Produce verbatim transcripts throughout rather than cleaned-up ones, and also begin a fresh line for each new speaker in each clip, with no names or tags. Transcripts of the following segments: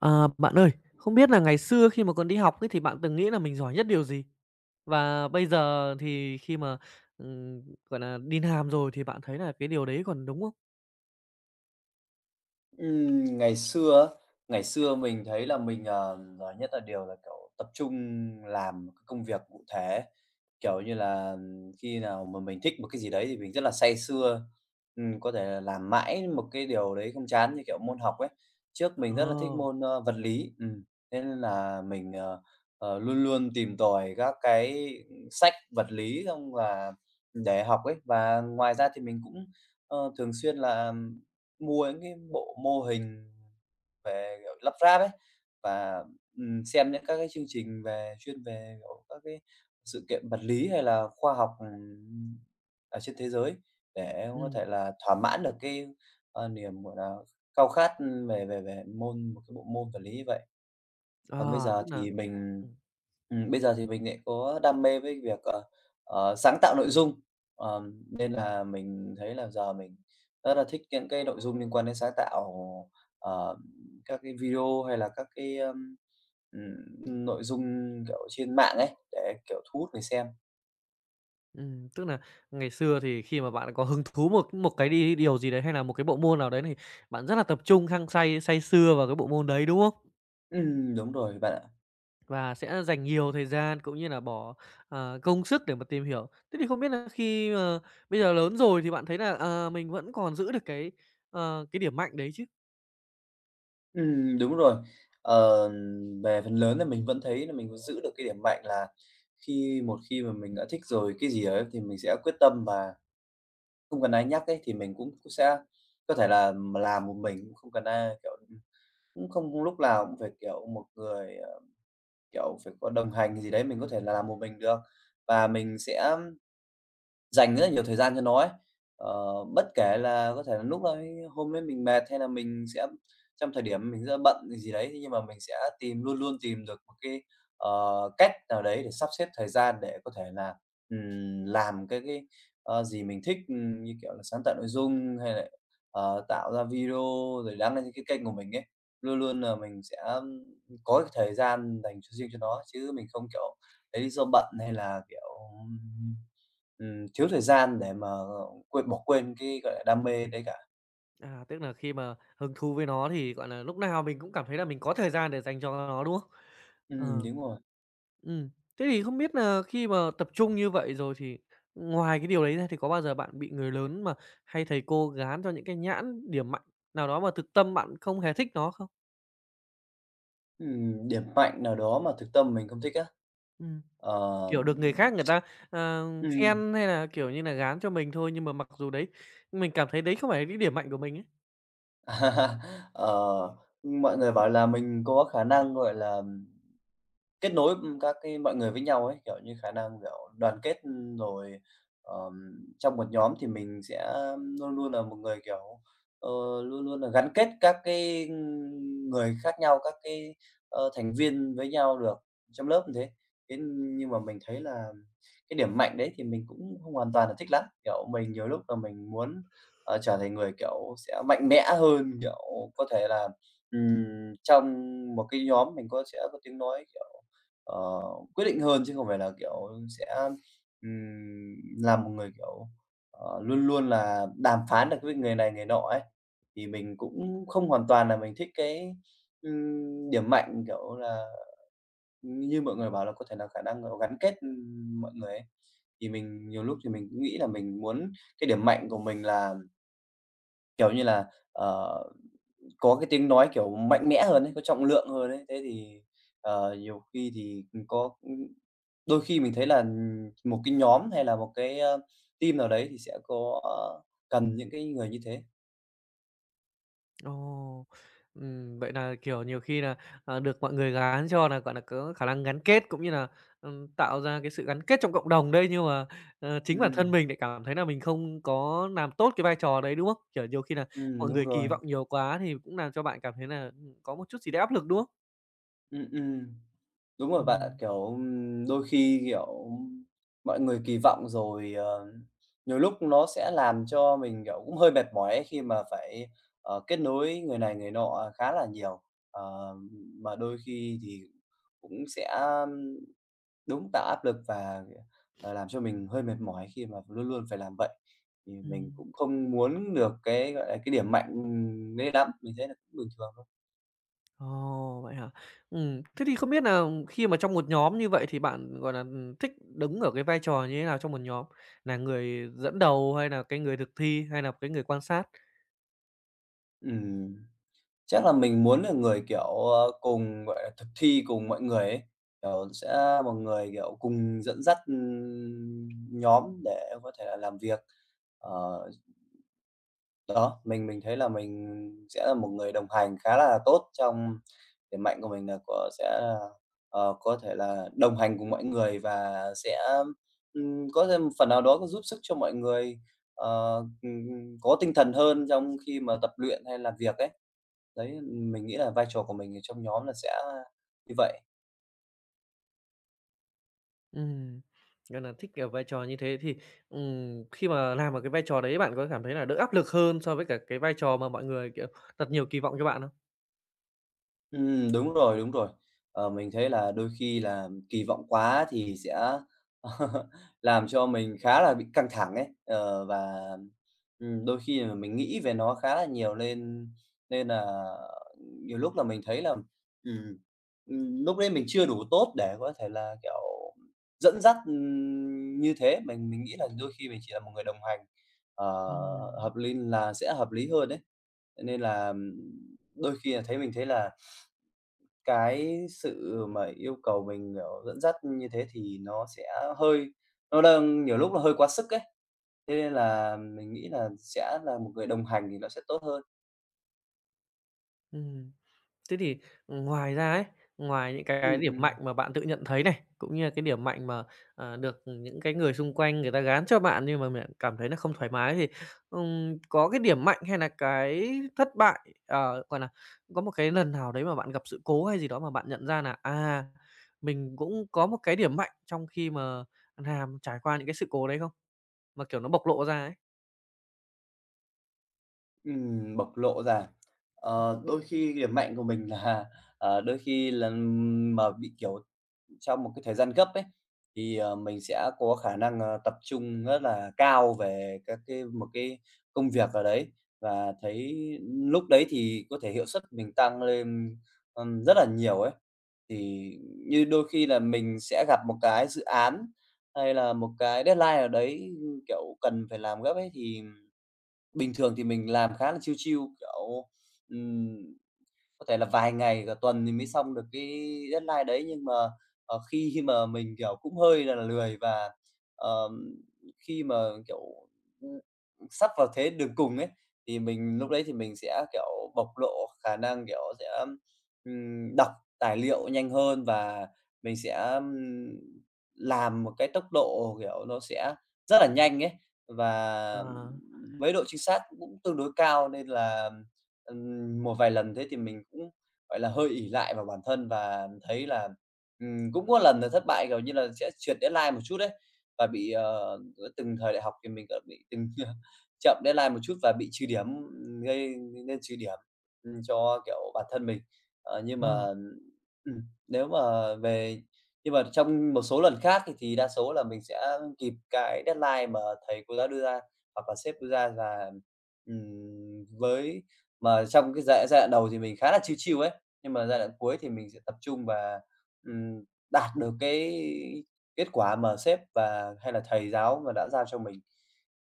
À, bạn ơi, không biết là ngày xưa khi mà còn đi học ấy thì bạn từng nghĩ là mình giỏi nhất điều gì? Và bây giờ thì khi mà, ừm, gọi là đi làm rồi thì bạn thấy là cái điều đấy còn đúng không?
Ừm, ngày xưa á, ngày xưa mình thấy là mình, ờ, giỏi nhất là điều là, kiểu, tập trung làm một cái công việc cụ thể. Kiểu như là, ừm, khi nào mà mình thích một cái gì đấy thì mình rất là say sưa, ừm, có thể là làm mãi một cái điều đấy không chán, như kiểu môn học ấy. Trước mình rất là thích
Ồ.
môn, ơ, vật lý, ừm, thế nên là mình, ờ, ờ, luôn luôn tìm tòi các cái sách vật lý xong là để học ấy. Và ngoài ra thì mình cũng, ờ, thường xuyên là mua những cái bộ mô hình về, kiểu, lắp ráp ấy, và, ừm, xem những các cái chương trình về chuyên về, kiểu, các cái sự kiện vật lý hay là khoa học, ừm, ở trên thế giới để em có thể
Ừm.
là thỏa mãn được cái, ờ, niềm, gọi là, khao khát, về về về môn một cái bộ môn vật lý như vậy. Còn bây
À.
giờ
tức là,
thì mình
ừm,
ừm, bây giờ thì mình lại có đam mê với việc, ờ, ờ, sáng tạo nội dung, ờm, nên là mình thấy là giờ mình rất là thích những cái nội dung liên quan đến sáng tạo, ờ, các cái video hay là các cái, ưm, ừm, nội dung, kiểu, trên mạng ấy, để, kiểu, thu hút người xem.
ừm, tức là ngày xưa thì khi mà bạn có hứng thú một một cái đi điều gì đấy hay là một cái bộ môn nào đấy thì bạn rất là tập trung, hăng say, say sưa vào cái bộ môn đấy, đúng không?
Ừm, đúng rồi bạn ạ.
Và sẽ dành nhiều thời gian cũng như là bỏ, ờ, công sức để mà tìm hiểu. Thế thì không biết là khi mà bây giờ lớn rồi thì bạn thấy là, à, mình vẫn còn giữ được cái, ờ, cái điểm mạnh đấy chứ?
Ừm, đúng rồi. Ờ, về phần lớn là mình vẫn thấy là mình vẫn giữ được cái điểm mạnh là khi một khi mà mình đã thích rồi cái gì ấy thì mình sẽ quyết tâm và không cần ai nhắc ấy, thì mình cũng cũng sẽ có thể là m làm một mình, cũng không cần ai, kiểu, ừm, cũng không lúc nào cũng phải, kiểu, một người, ờ, kiểu, phải có đồng hành gì đấy, mình có thể là làm một mình được. Và mình sẽ dành rất là nhiều thời gian cho nó ấy. Ờ, Bất kể là có thể là lúc đấy hôm đấy mình mệt hay là mình sẽ trong thời điểm mình rất bận gì đấy, thế nhưng mà mình sẽ tìm luôn luôn tìm được một cái, ờ, cách nào đấy để sắp xếp thời gian để có thể là, ừm, làm cái cái, ờ, gì mình thích, ừm, như kiểu là sáng tạo nội dung hay là, ờ, tạo ra video rồi đăng lên cái kênh của mình ấy. Luôn luôn là mình sẽ có cái thời gian dành cho riêng cho nó chứ mình không, kiểu, lấy lý do bận hay là, kiểu Ừm, thiếu thời gian để mà ờ, quên bỏ quên cái, gọi là, đam mê đấy cả.
À, tức là khi mà hứng thú với nó thì, gọi là, lúc nào mình cũng cảm thấy là mình có thời gian để dành cho nó, đúng không?
Ừm,
Ờ.
đúng rồi.
Ừm, Thế thì không biết là khi mà tập trung như vậy rồi thì ngoài cái điều đấy ra thì có bao giờ bạn bị người lớn mà hay thầy cô gán cho những cái nhãn điểm mạnh nào đó mà thực tâm bạn không hề thích nó không?
Ừm, điểm mạnh nào đó mà thực tâm mình không thích á?
Ừm.
Ờ,
Kiểu, được người khác người ta, ờ,
ừm,
khen hay là, kiểu như là, gán cho mình thôi, nhưng mà mặc dù đấy mình cảm thấy đấy không phải là những điểm mạnh của mình ấy.
ờ, mọi người bảo là mình có khả năng, gọi là kết nối, các cái mọi người với nhau ấy, kiểu như, khả năng, kiểu, đoàn kết, ừm, rồi, ờm, trong một nhóm thì mình sẽ luôn luôn là một người, kiểu, ờ, luôn luôn là gắn kết các cái, người khác nhau, các cái, ờ, thành viên với nhau được trong lớp như thế. Thế nhưng mà mình thấy là cái điểm mạnh đấy thì mình cũng không hoàn toàn là thích lắm, kiểu, mình nhiều lúc là mình muốn, ờ, trở thành người, kiểu, sẽ mạnh mẽ hơn, kiểu, có thể là, ừm, trong một cái nhóm mình có sẽ có tiếng nói, kiểu Ờ, quyết định hơn chứ không phải là, kiểu, sẽ, ừm, là một người, kiểu, ờ, luôn luôn là đàm phán được với người này người nọ ấy. Thì mình cũng không hoàn toàn là mình thích cái, ừm, điểm mạnh, kiểu là, như mọi người bảo là có thể là khả năng là gắn kết, ừm, mọi người ấy. Thì mình nhiều lúc thì mình cũng nghĩ là mình muốn cái điểm mạnh của mình là, kiểu như là, ờ có cái tiếng nói, kiểu, mạnh mẽ hơn ấy, có trọng lượng hơn ấy. Thế thì, ờ, nhiều khi thì, có đôi khi mình thấy là, một cái nhóm hay là một cái, ơ, team nào đấy thì sẽ có ờ, cần những cái người như thế.
Ồ, ừm, vậy là kiểu, nhiều khi là ờ, được mọi người gán cho là gọi là có khả năng gắn kết cũng như là ừm, tạo ra cái sự gắn kết trong cộng đồng đây nhưng mà, ờ, chính bản thân
Ừm,
mình lại cảm thấy là mình không có làm tốt cái vai trò đấy, đúng không? Kiểu, nhiều khi là
ừm,
mọi
đúng
người
rồi.
kỳ vọng nhiều quá thì cũng làm cho bạn cảm thấy là ừm, có một chút gì đấy áp lực, đúng không?
Ừm, ừm. Đúng rồi bạn
Ừm,
kiểu, đôi khi, kiểu, mọi người kỳ vọng rồi, ờ, nhiều lúc nó sẽ làm cho mình, kiểu, cũng hơi mệt mỏi ấy khi mà phải, ờ, kết nối người này người nọ khá là nhiều. Ờ, mà đôi khi thì cũng sẽ đúng tạo áp lực và, ờ, làm cho mình hơi mệt mỏi khi mà luôn luôn phải làm vậy. Thì mình
ừm.
cũng không muốn được cái, gọi là, cái điểm mạnh, ừm, đấy lắm, mình thấy là cũng bình thường thôi.
Ồ, vậy hả? Ừm, thế thì không biết là khi mà trong một nhóm như vậy thì bạn, gọi là thích đứng ở cái vai trò như thế nào trong một nhóm? Là người dẫn đầu hay là cái người thực thi hay là cái người quan sát?
Ừm. Chắc là mình muốn là người, kiểu, ờ, cùng, gọi là, thực thi cùng mọi người ấy, kiểu, sẽ một người, kiểu, cùng dẫn dắt, ừm, nhóm để có thể là làm việc. Ờ, Đó, mình mình thấy là mình sẽ là một người đồng hành khá là tốt trong điểm mạnh của mình là có sẽ là, ờ, có thể là đồng hành cùng mọi người và sẽ, ừm, có thêm phần nào đó có giúp sức cho mọi người, ờ, ừm, có tinh thần hơn trong khi mà tập luyện hay làm việc ấy. Đấy, mình nghĩ là vai trò của mình ở trong nhóm là sẽ như vậy.
Ừm, gọi nà thích ở vai trò như thế thì, ừm, khi mà làm ở cái vai trò đấy bạn có cảm thấy là đỡ áp lực hơn so với cả cái vai trò mà mọi người, kiểu, đặt nhiều kỳ vọng cho bạn không?
Ừm, đúng rồi, đúng rồi. Ờ, mình thấy là đôi khi là kỳ vọng quá thì sẽ làm cho mình khá là bị căng thẳng ấy, ờ, và, ừm, đôi khi là mình nghĩ về nó khá là nhiều nên nên là nhiều lúc là mình thấy là, ừm, ừm, lúc đấy mình chưa đủ tốt để có thể là, kiểu, dẫn dắt, ừm, như thế. Mình mình nghĩ là đôi khi mình chỉ là một người đồng hành, ờ,
Ừm.
hợp lý là sẽ hợp lý hơn đấy. Nên là ừm, đôi khi là thấy mình thấy là cái sự mà yêu cầu mình, kiểu, dẫn dắt như thế thì nó sẽ hơi nó đang nhiều lúc là hơi quá sức ấy, thế nên là mình nghĩ là sẽ là một người đồng hành thì nó sẽ tốt hơn.
Ừm. Thế thì ừ, ngoài ra ấy, ngoài những cái
Ừm,
điểm mạnh
ừm,
mà bạn tự nhận thấy này, cũng như là cái điểm mạnh mà, ờ, được những cái người xung quanh người ta gán cho bạn nhưng mà bạn cảm thấy là không thoải mái thì, ừm, có cái điểm mạnh hay là cái thất bại, ờ, gọi là, có một cái lần nào đấy mà bạn gặp sự cố hay gì đó mà bạn nhận ra là, à, mình cũng có một cái điểm mạnh trong khi mà làm trải qua những cái sự cố đấy không? Mà, kiểu, nó bộc lộ ra ấy.
ừm, bộc lộ ra. Ờ, đôi khi điểm mạnh của mình là, ờ, đôi khi là mà bị, kiểu trong một cái thời gian gấp ấy, thì, ờ, mình sẽ có khả năng, ờ, tập trung rất là cao về các cái một cái công việc ở đấy và thấy lúc đấy thì có thể hiệu suất mình tăng lên, ừm, rất là nhiều ấy. Thì như đôi khi là mình sẽ gặp một cái dự án hay là một cái deadline ở đấy, kiểu, cần phải làm gấp ấy, thì bình thường thì mình làm khá là chiêu chiêu kiểu, có thể là vài ngày, cả tuần thì mới xong được cái deadline đấy, nhưng mà, ờ, khi mà mình, kiểu, cũng hơi là lười và, ờm, khi mà, kiểu, sắp vào thế đường cùng ấy, thì mình lúc đấy thì mình sẽ, kiểu, bộc lộ khả năng, kiểu, sẽ, ừm, đọc tài liệu nhanh hơn và mình sẽ, ừm, làm một cái tốc độ, kiểu, nó sẽ rất là nhanh ấy, và
Ờ,
với độ chính xác cũng tương đối cao nên là Ừm, một vài lần thế thì mình cũng, gọi là, hơi ỷ lại vào bản thân và thấy là, ừm, cũng có lần là thất bại, kiểu như là, sẽ trượt deadline một chút đấy và bị, ờ, giữa từng thời đại học thì mình đã bị từng chậm deadline một chút và bị trừ điểm, gây nên trừ điểm, ừm, cho, kiểu, bản thân mình. Ờ, nhưng
ờ.
mà, ừm, nếu mà về nhưng mà trong một số lần khác thì thì đa số là mình sẽ kịp cái deadline mà thầy cô giáo đưa ra hoặc là sếp đưa ra và, ừm, với mà trong cái giai giai đoạn đầu thì mình khá là chill chill ấy, nhưng mà giai đoạn cuối thì mình sẽ tập trung và, ừm, đạt được cái kết quả mà sếp và hay là thầy giáo mà đã giao cho mình.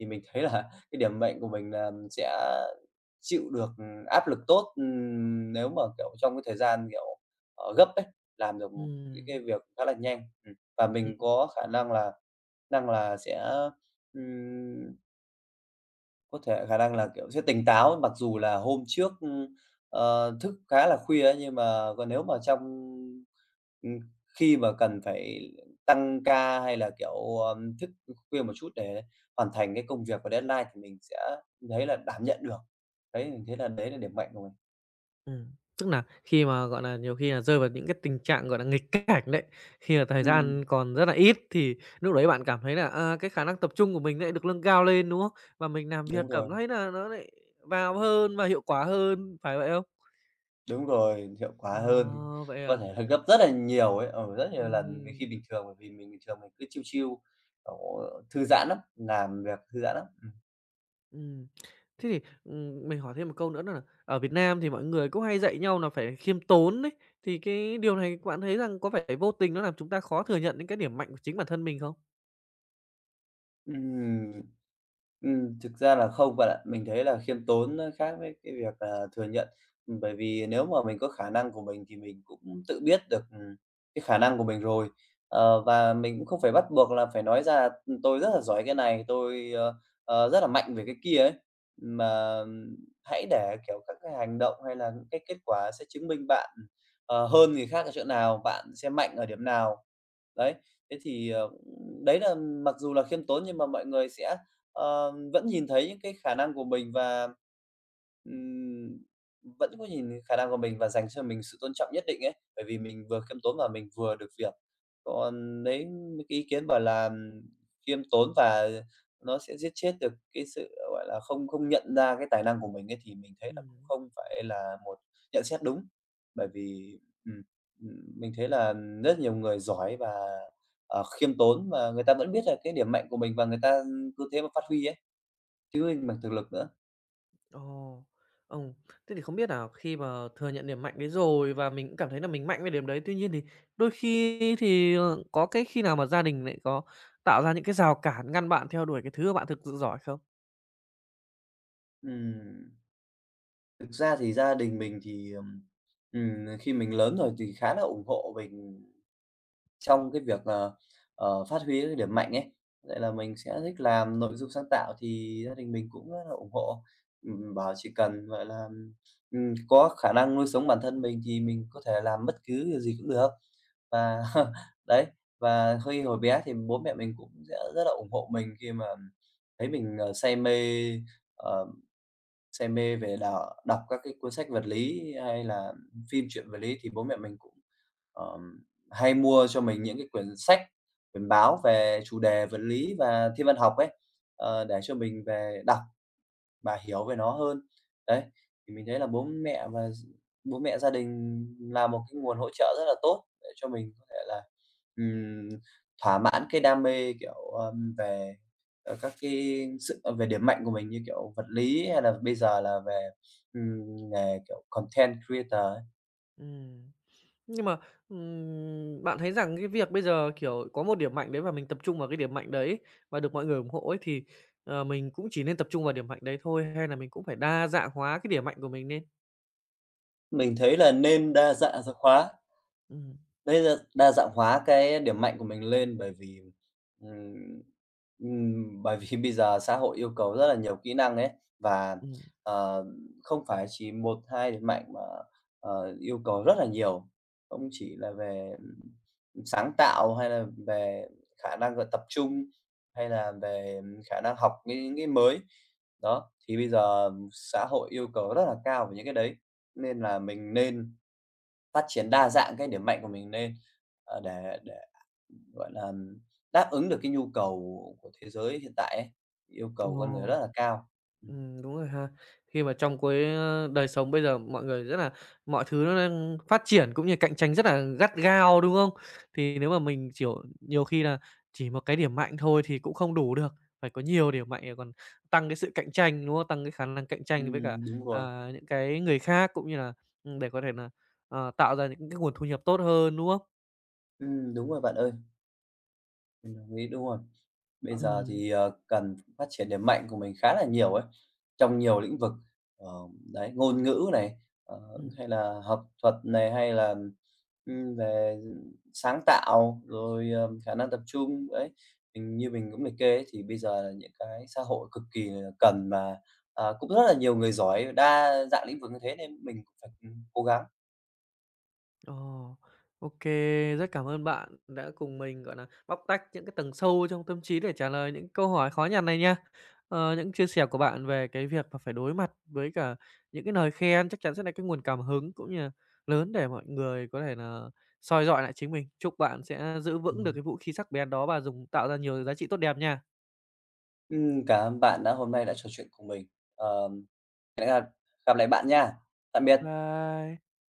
Thì mình thấy là cái điểm mạnh của mình là mình sẽ chịu được, ừm, áp lực tốt, ừm, nếu mà, kiểu, trong cái thời gian, kiểu, ờ, gấp ấy, làm được những cái
Ừm.
việc khá là nhanh, ừm, và
Ừm.
mình có khả năng là năng là sẽ, ừm có thể khả năng là, kiểu, sẽ tỉnh táo mặc dù là hôm trước, ưm, ờ, thức khá là khuya ấy, nhưng mà còn nếu mà trong ừm, khi mà cần phải tăng ca hay là, kiểu, ờm, thức khuya một chút để hoàn thành cái công việc và deadline thì mình sẽ thấy là đảm nhận được. Đấy, mình thấy là đấy là điểm mạnh của mình.
Ừm, tức nà khi mà, gọi nà, nhiều khi là rơi vào những cái tình trạng, gọi nà, nghịch cảnh đấy, khi mà thời
Ừm,
gian còn rất là ít thì núc đấy bạn cảm thấy là, à, cái khả năng tập trung của mình nại được nâng cao lên, đúng không? Và mình làm
đúng
việc
rồi,
cảm thấy nà nó nại vào hơn và hiệu quả hơn, phải vậy không?
đúng rồi, hiệu quả hơn,
Ờ, vậy
có
à?
thể là gấp rất là nhiều ấy, ở rất nhiều lần khi
Ừm,
bình thường, bởi vì mình bình thường mình cứ chiêu chiêu kiểu, thư giãn lắm, làm việc thư giãn lắm.
ừm. Thế thì, ừm, mình hỏi thêm một câu nữa đó nà ở Việt Nam thì mọi người cũng hay dạy nhau nà phải khiêm tốn đấy, thì cái điều này bạn thấy rằng có phải vô tình nó làm chúng ta khó thừa nhận những cái điểm mạnh của chính bản thân mình không?
Ừm. Ừm, thực ra là không bạn ạ. Mình thấy là khiêm tốn nó khác với cái việc là thừa nhận. Ừm, bởi vì nếu mà mình có khả năng của mình thì mình cũng tự biết được, ừm, cái khả năng của mình rồi. Ờ, và mình cũng không phải bắt buộc là phải nói ra, ừm, tôi rất là giỏi cái này, tôi, ờ, ờ, rất là mạnh về cái kia ấy, mà, ừm, hãy để, kiểu, các cái hành động hay là những cái kết quả sẽ chứng minh bạn, ờ, hơn người khác ở chỗ nào, bạn sẽ mạnh ở điểm nào. Đấy, thế thì, ờ, đấy là mặc dù là khiêm tốn nhưng mà mọi người sẽ, ờ, vẫn nhìn thấy những cái khả năng của mình và, ừm, vẫn có nhìn khả năng của mình và dành cho mình sự tôn trọng nhất định ấy, bởi vì mình vừa khiêm tốn và mình vừa được việc. Còn đấy mấy cái ý kiến bảo là ừm, khiêm tốn và nó sẽ giết chết được cái sự, gọi là, không không nhận ra cái tài năng của mình ấy, thì mình thấy là cũng
Ừm.
không phải là một nhận xét đúng. Bởi vì ừm. Ừm, mình thấy là rất nhiều người giỏi và, ờ, khiêm tốn và người ta vẫn biết là cái điểm mạnh của mình và người ta cứ thế mà phát huy ấy, chứ không bằng thực lực nữa.
Ồ, ồ, thế thì không biết là khi mà thừa nhận điểm mạnh đấy rồi và mình cũng cảm thấy là mình mạnh về điểm đấy, tuy nhiên thì đôi khi thì, ờ, có cái khi nào mà gia đình lại có tạo ra những cái rào cản ngăn bạn theo đuổi cái thứ mà bạn thực sự giỏi không?
Ừm, thực ra thì gia đình mình thì, ừm, ừm, khi mình lớn rồi thì khá là ủng hộ mình trong cái việc, là ờ, phát huy cái điểm mạnh ấy. Vậy là mình sẽ thích làm nội dung sáng tạo thì gia đình mình cũng rất là ủng hộ, ừm, bảo chỉ cần, gọi là, ừm, có khả năng nuôi sống bản thân mình thì mình có thể làm bất cứ điều gì cũng được. Và đấy, và khi hồi bé thì bố mẹ mình cũng sẽ rất là ủng hộ mình khi mà thấy mình, ờ, say mê, ờ, say mê về đò đọc các cái cuốn sách vật lý hay là phim truyện vật lý thì bố mẹ mình cũng, ờm, hay mua cho mình những cái quyển sách, quyển báo về chủ đề vật lý và thiên văn học ấy, ờ, để cho mình về đọc bà hiểu về nó hơn. Đấy, thì mình thấy là bố mẹ và gi bố mẹ gia đình là một cái nguồn hỗ trợ rất là tốt để cho mình có thể là, ừm, thỏa mãn cái đam mê, kiểu, ờm, về, ờ, các cái sự ờ, về điểm mạnh của mình như kiểu vật lý hay là bây giờ là về, ừm, nghề, kiểu, content creator ấy.
Ừm, nhưng mà, ừm, bạn thấy rằng cái việc bây giờ, kiểu, có một điểm mạnh đấy và mình tập trung vào cái điểm mạnh đấy và được mọi người ủng hộ ấy, thì, ờ, mình cũng chỉ nên tập trung vào điểm mạnh đấy thôi hay là mình cũng phải đa dạng hóa cái điểm mạnh của mình lên?
Mình thấy là nên đa dạng ra khóa.
Ừ.
Bây giờ đa dạng hóa cái điểm mạnh của mình lên bởi vì, ừm, ừm, bởi vì bây giờ xã hội yêu cầu rất là nhiều kỹ năng ấy, và,
ừm,
ờ, không phải chỉ một hai điểm mạnh mà, ờ, yêu cầu rất là nhiều, không chỉ là về, ừm, sáng tạo hay là về khả năng là tập trung, hay là về khả năng học những cái mới. Đó, thì bây giờ xã hội yêu cầu rất là cao về những cái đấy, nên là mình nên phát triển đa dạng cái điểm mạnh của mình lên, ờ, để để, gọi là, đáp ứng được cái nhu cầu của thế giới hiện tại ấy, yêu cầu con người
ồ.
rất là cao. Ừm,
Ừm, đúng rồi ha. Khi mà trong cái, ơ, đời sống bây giờ mọi người rất là mọi thứ nó đang phát triển cũng như cạnh tranh rất là gắt gao, đúng không? Thì nếu mà mình, kiểu, nhiều khi là chỉ một cái điểm mạnh thôi thì cũng không đủ được, phải có nhiều điểm mạnh để còn tăng cái sự cạnh tranh, đúng không? Tăng cái khả năng cạnh tranh với cả,
ừm, đúng rồi,
à, những cái người khác cũng như là, ừm, để có thể là ờ, tạo ra những cái nguồn thu nhập tốt hơn, đúng không?
ừm, đúng rồi bạn ơi, mình đồng ý, đúng rồi. Bây giờ
Ừm.
thì, ờ, cần phát triển điểm mạnh của mình khá là nhiều ấy, trong nhiều lĩnh vực, ờ, đấy, ngôn ngữ này, ờ,
Ừm.
hay là học thuật này, hay là, ừm, về sáng tạo, rồi, ờ, khả năng tập trung, đấy. Mình như mình cũng liệt kê ấy, thì bây giờ là những cái xã hội cực kỳ là cần mà, à, cũng rất là nhiều người giỏi, đa dạng lĩnh vực như thế nên mình cũng phải, ừm, cố gắng.
Ồ, ô rất cảm ơn bạn đã cùng mình, gọi là bóc tách những cái tầng sâu trong tâm trí để trả lời những câu hỏi khó nhằn này nha. Ờ, những chia sẻ của bạn về cái việc mà phải đối mặt với cả những cái lời khen chắc chắn sẽ là cái nguồn cảm hứng cũng như là lớn để mọi người có thể là soi dọi lại chính mình. Chúc bạn sẽ giữ vững được cái vũ khí sắc bén đó và dùng tạo ra nhiều giá trị tốt đẹp nha.
Ừm, cảm ơn bạn đã hôm nay đã trò chuyện cùng mình. Ờ, gặp lại bạn nha. Tạm biệt.
Bye.